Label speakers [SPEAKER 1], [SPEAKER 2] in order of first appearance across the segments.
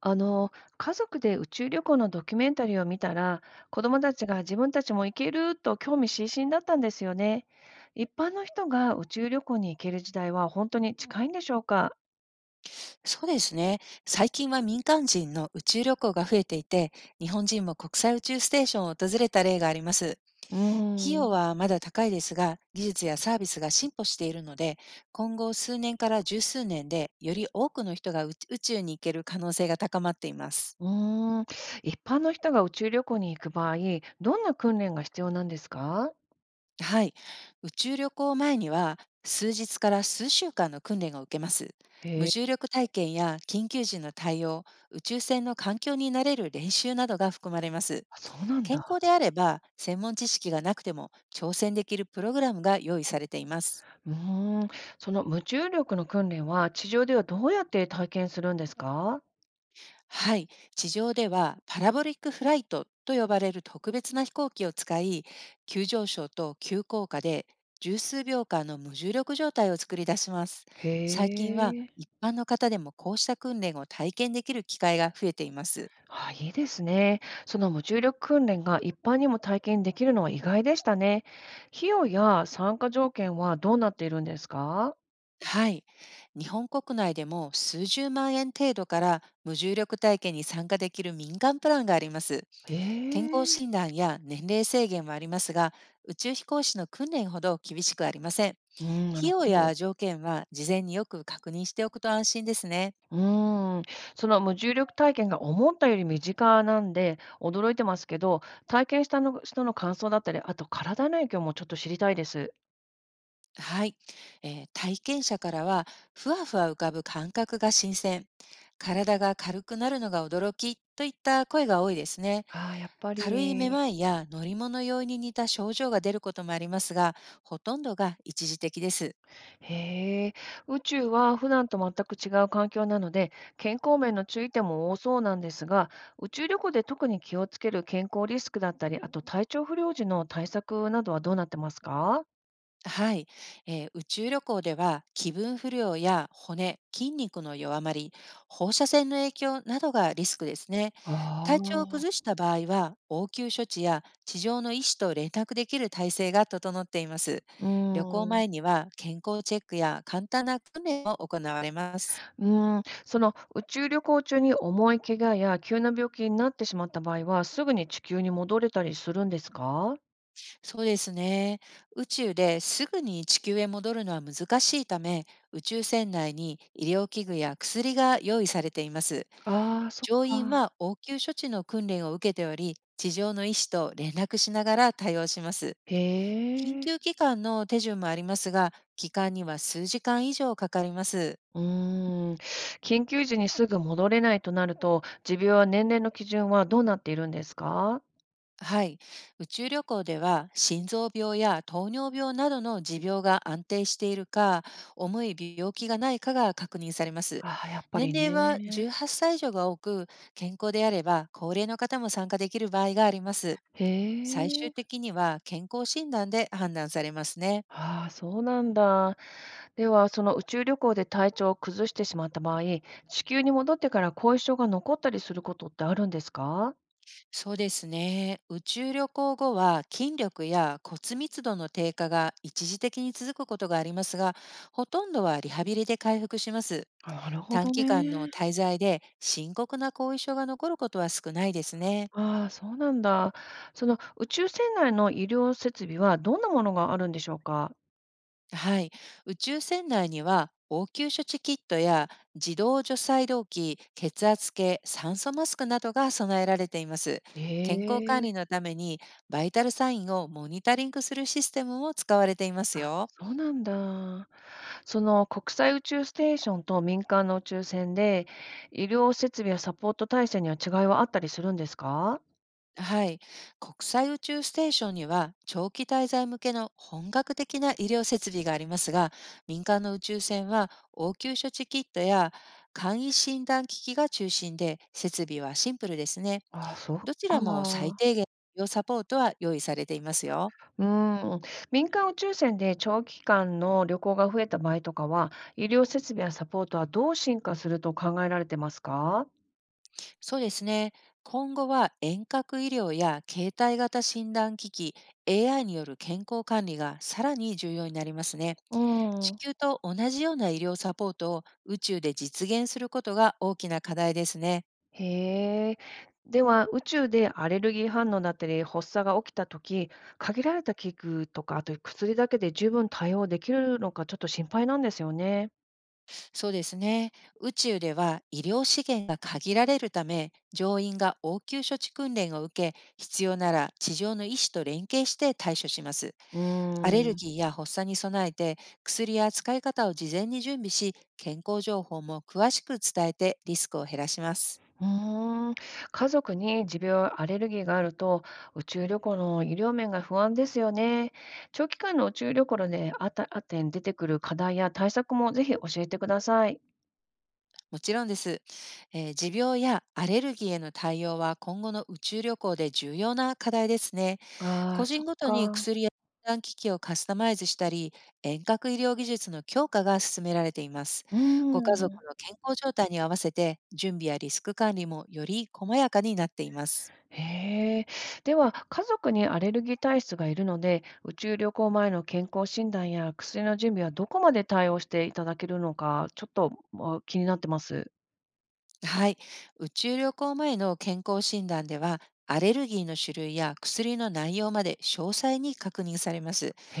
[SPEAKER 1] あの、家族で宇宙旅行のドキュメンタリーを見たら、子供たちが自分たちも行けると興味津々だったんですよね。一般の人が宇宙旅行に行ける時代は本当に近いんでしょうか？
[SPEAKER 2] そうですね。最近は民間人の宇宙旅行が増えていて、日本人も国際宇宙ステーションを訪れた例があります。
[SPEAKER 1] うー
[SPEAKER 2] 費用
[SPEAKER 1] ん、
[SPEAKER 2] はまだ高いですが、技術やサービスが進歩しているので、今後数年から十数年でより多くの人が宇宇宙に行ける可能性が高まっています。
[SPEAKER 1] うーん、一般の人が宇宙旅行に行く場合、どんな訓練が必要なんですか？
[SPEAKER 2] はい。宇宙旅行前には、数日から数週間の訓練を受けます。
[SPEAKER 1] へ
[SPEAKER 2] 無
[SPEAKER 1] え、
[SPEAKER 2] 重力体験や緊急時の対応、宇宙船の環境に慣れる練習などが含まれます。
[SPEAKER 1] あそうなん
[SPEAKER 2] 健康
[SPEAKER 1] だ。
[SPEAKER 2] であれば、専門知識がなくても挑戦できるプログラムが用意されています。
[SPEAKER 1] うーん、その無重力の訓練は地上ではどうやって体験するんですか？
[SPEAKER 2] はい、地上ではパラボリックフライトと呼ばれる特別な飛行機を使い、急上昇と急降下で十数秒間の無重力状態を作り出します。
[SPEAKER 1] へ
[SPEAKER 2] 最近は
[SPEAKER 1] え。
[SPEAKER 2] 一般の方でもこうした訓練を体験できる機会が増えています。
[SPEAKER 1] あ、いいですね。その無重力訓練が一般にも体験できるのは意外でしたね。費用や参加条件はどうなっているんですか？
[SPEAKER 2] はい。日本国内でも数十万円程度から無重力体験に参加できる民間プランがあります。健康
[SPEAKER 1] ええ。
[SPEAKER 2] 診断や年齢制限はありますが、宇宙飛行士の訓練ほど厳しくありません。
[SPEAKER 1] うん、なる
[SPEAKER 2] 費
[SPEAKER 1] ほ
[SPEAKER 2] 用
[SPEAKER 1] ど。
[SPEAKER 2] や条件は事前によく確認しておくと安心ですね。
[SPEAKER 1] うーん、その無重力体験が思ったより身近なんで驚いてますけど、体験したの人の感想だったり、あと体の影響もちょっと知りたいです。
[SPEAKER 2] はい、体験者からは、ふわふわ浮かぶ感覚が新鮮、体が軽くなるのが驚きといった声が多いですね。
[SPEAKER 1] ああ、やっぱ
[SPEAKER 2] 軽いめ
[SPEAKER 1] り。
[SPEAKER 2] まいや乗り物用に似た症状が出ることもありますが、ほとんどが一時的です。
[SPEAKER 1] へえ。宇宙は普段と全く違う環境なので、健康面の注意点も多そうなんですが、宇宙旅行で特に気をつける健康リスクだったり、あと体調不良時の対策などはどうなってますか？
[SPEAKER 2] はい、宇宙旅行では気分不良や骨、筋肉の弱まり、放射線の影響などがリスクですね。
[SPEAKER 1] あ
[SPEAKER 2] 体調を崩
[SPEAKER 1] あ。
[SPEAKER 2] した場合は応急処置や地上の医師と連絡できる体制が整っています。
[SPEAKER 1] うー
[SPEAKER 2] 旅行
[SPEAKER 1] ん、
[SPEAKER 2] 前には健康チェックや簡単な訓練も行われます。
[SPEAKER 1] その宇宙旅行中に重い怪我や急な病気になってしまった場合は、すぐに地球に戻れたりするんですか？
[SPEAKER 2] そうですね。宇宙ですぐに地球へ戻るのは難しいため、宇宙船内に医療器具や薬が用意されています。
[SPEAKER 1] ああー、そっ
[SPEAKER 2] 乗員
[SPEAKER 1] か。
[SPEAKER 2] は応急処置の訓練を受けており、地上の医師と連絡しながら対応します。
[SPEAKER 1] へ
[SPEAKER 2] 緊
[SPEAKER 1] え。
[SPEAKER 2] 急機関の手順もありますが、期間には数時間以上かかります。
[SPEAKER 1] うーん、緊急時にすぐ戻れないとなると、持病や年齢の基準はどうなっているんですか？
[SPEAKER 2] はい。宇宙旅行では、心臓病や糖尿病などの持病が安定しているか、重い病気がないかが確認されます。
[SPEAKER 1] ああ、やっぱ
[SPEAKER 2] 年
[SPEAKER 1] り
[SPEAKER 2] 齢は
[SPEAKER 1] ね。
[SPEAKER 2] 18歳以上が多く、健康であれば高齢の方も参加できる場合があります。
[SPEAKER 1] へ
[SPEAKER 2] 最終
[SPEAKER 1] え。
[SPEAKER 2] 的には健康診断で判断されますね。
[SPEAKER 1] ああ、そうなんだ。では、その宇宙旅行で体調を崩してしまった場合、地球に戻ってから後遺症が残ったりすることってあるんですか？
[SPEAKER 2] そうですね。宇宙旅行後は筋力や骨密度の低下が一時的に続くことがありますが、ほとんどはリハビリで回復します。
[SPEAKER 1] あ、なるほ
[SPEAKER 2] 短
[SPEAKER 1] ど
[SPEAKER 2] 期間の
[SPEAKER 1] ね。
[SPEAKER 2] 滞在で深刻な後遺症が残ることは少ないですね。
[SPEAKER 1] ああ、そうなんだ。その宇宙船内の医療設備はどんなものがあるんでしょうか？
[SPEAKER 2] はい。宇宙船内には応急処置キットや自動除細動器、血圧計、酸素マスクなどが備えられています。
[SPEAKER 1] え
[SPEAKER 2] 健康管
[SPEAKER 1] え、
[SPEAKER 2] 理のためにバイタルサインをモニタリングするシステムも使われています
[SPEAKER 1] あ、
[SPEAKER 2] よ。
[SPEAKER 1] そうなんだ。その国際宇宙ステーションと民間の宇宙船で、医療設備やサポート体制には違いはあったりするんですか？
[SPEAKER 2] はい。国際宇宙ステーションには長期滞在向けの本格的な医療設備がありますが、民間の宇宙船は応急処置キットや簡易診断機器が中心で、設備はシンプルですね。
[SPEAKER 1] ああ、そっ
[SPEAKER 2] どちらも最
[SPEAKER 1] か。
[SPEAKER 2] 低限の医療サポートは用意されていますよ。
[SPEAKER 1] うん。民間宇宙船で長期間の旅行が増えた場合とかは、医療設備やサポートはどう進化すると考えられてますか？
[SPEAKER 2] そうですね。今後は遠隔医療や携帯型診断機器、AI による健康管理がさらに重要になりますね。
[SPEAKER 1] う
[SPEAKER 2] 地
[SPEAKER 1] ん。
[SPEAKER 2] 球と同じような医療サポートを宇宙で実現することが大きな課題ですね。
[SPEAKER 1] へえ。では、宇宙でアレルギー反応だったり、発作が起きたとき、限られた器具とか、あと薬だけで十分対応できるのか、ちょっと心配なんですよね。
[SPEAKER 2] そうですね。宇宙では医療資源が限られるため、乗員が応急処置訓練を受け、必要なら地上の医師と連携して対処します。
[SPEAKER 1] う
[SPEAKER 2] アレ
[SPEAKER 1] ーん、
[SPEAKER 2] ル
[SPEAKER 1] う
[SPEAKER 2] ギーや発作に備えて、薬や使い方を事前に準備し、健康情報も詳しく伝えてリスクを減らします。
[SPEAKER 1] ーん。家族に持病、アレルギーがあると、宇宙旅行の医療面が不安ですよね。長期間の宇宙旅行で、あってに出てくる課題や対策もぜひ教えてください。
[SPEAKER 2] もちろんです、持病やアレルギーへの対応は今後の宇宙旅行で重要な課題ですね。
[SPEAKER 1] ああ、
[SPEAKER 2] 個
[SPEAKER 1] そっ
[SPEAKER 2] 人ごとに
[SPEAKER 1] か。
[SPEAKER 2] 薬や診断機器をカスタマイズしたり、遠隔医療技術の強化が進められています。
[SPEAKER 1] うー
[SPEAKER 2] ご家族
[SPEAKER 1] ん。
[SPEAKER 2] の健康状態に合わせて、準備やリスク管理もより細やかになっています。
[SPEAKER 1] へえ。では、家族にアレルギー体質がいるので、宇宙旅行前の健康診断や薬の準備はどこまで対応していただけるのか、ちょっと、もう気になってます。
[SPEAKER 2] はい。宇宙旅行前の健康診断では、アレルギーの種類や薬の内容まで詳細に確認されます。
[SPEAKER 1] へ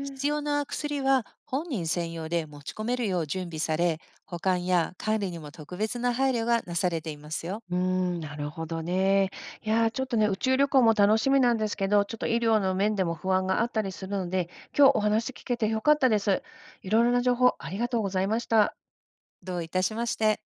[SPEAKER 2] 必要な薬は本人専用で持ち込めるよう準備され、保管や管理にも特別な配慮がなされていますよ。
[SPEAKER 1] うーん、なるほどね。いやー、ちょっとね、宇宙旅行も楽しみなんですけど、ちょっと医療の面でも不安があったりするので、今日お話聞けてよかったです。いろいろな情報ありがとうございました。
[SPEAKER 2] どういたしまして。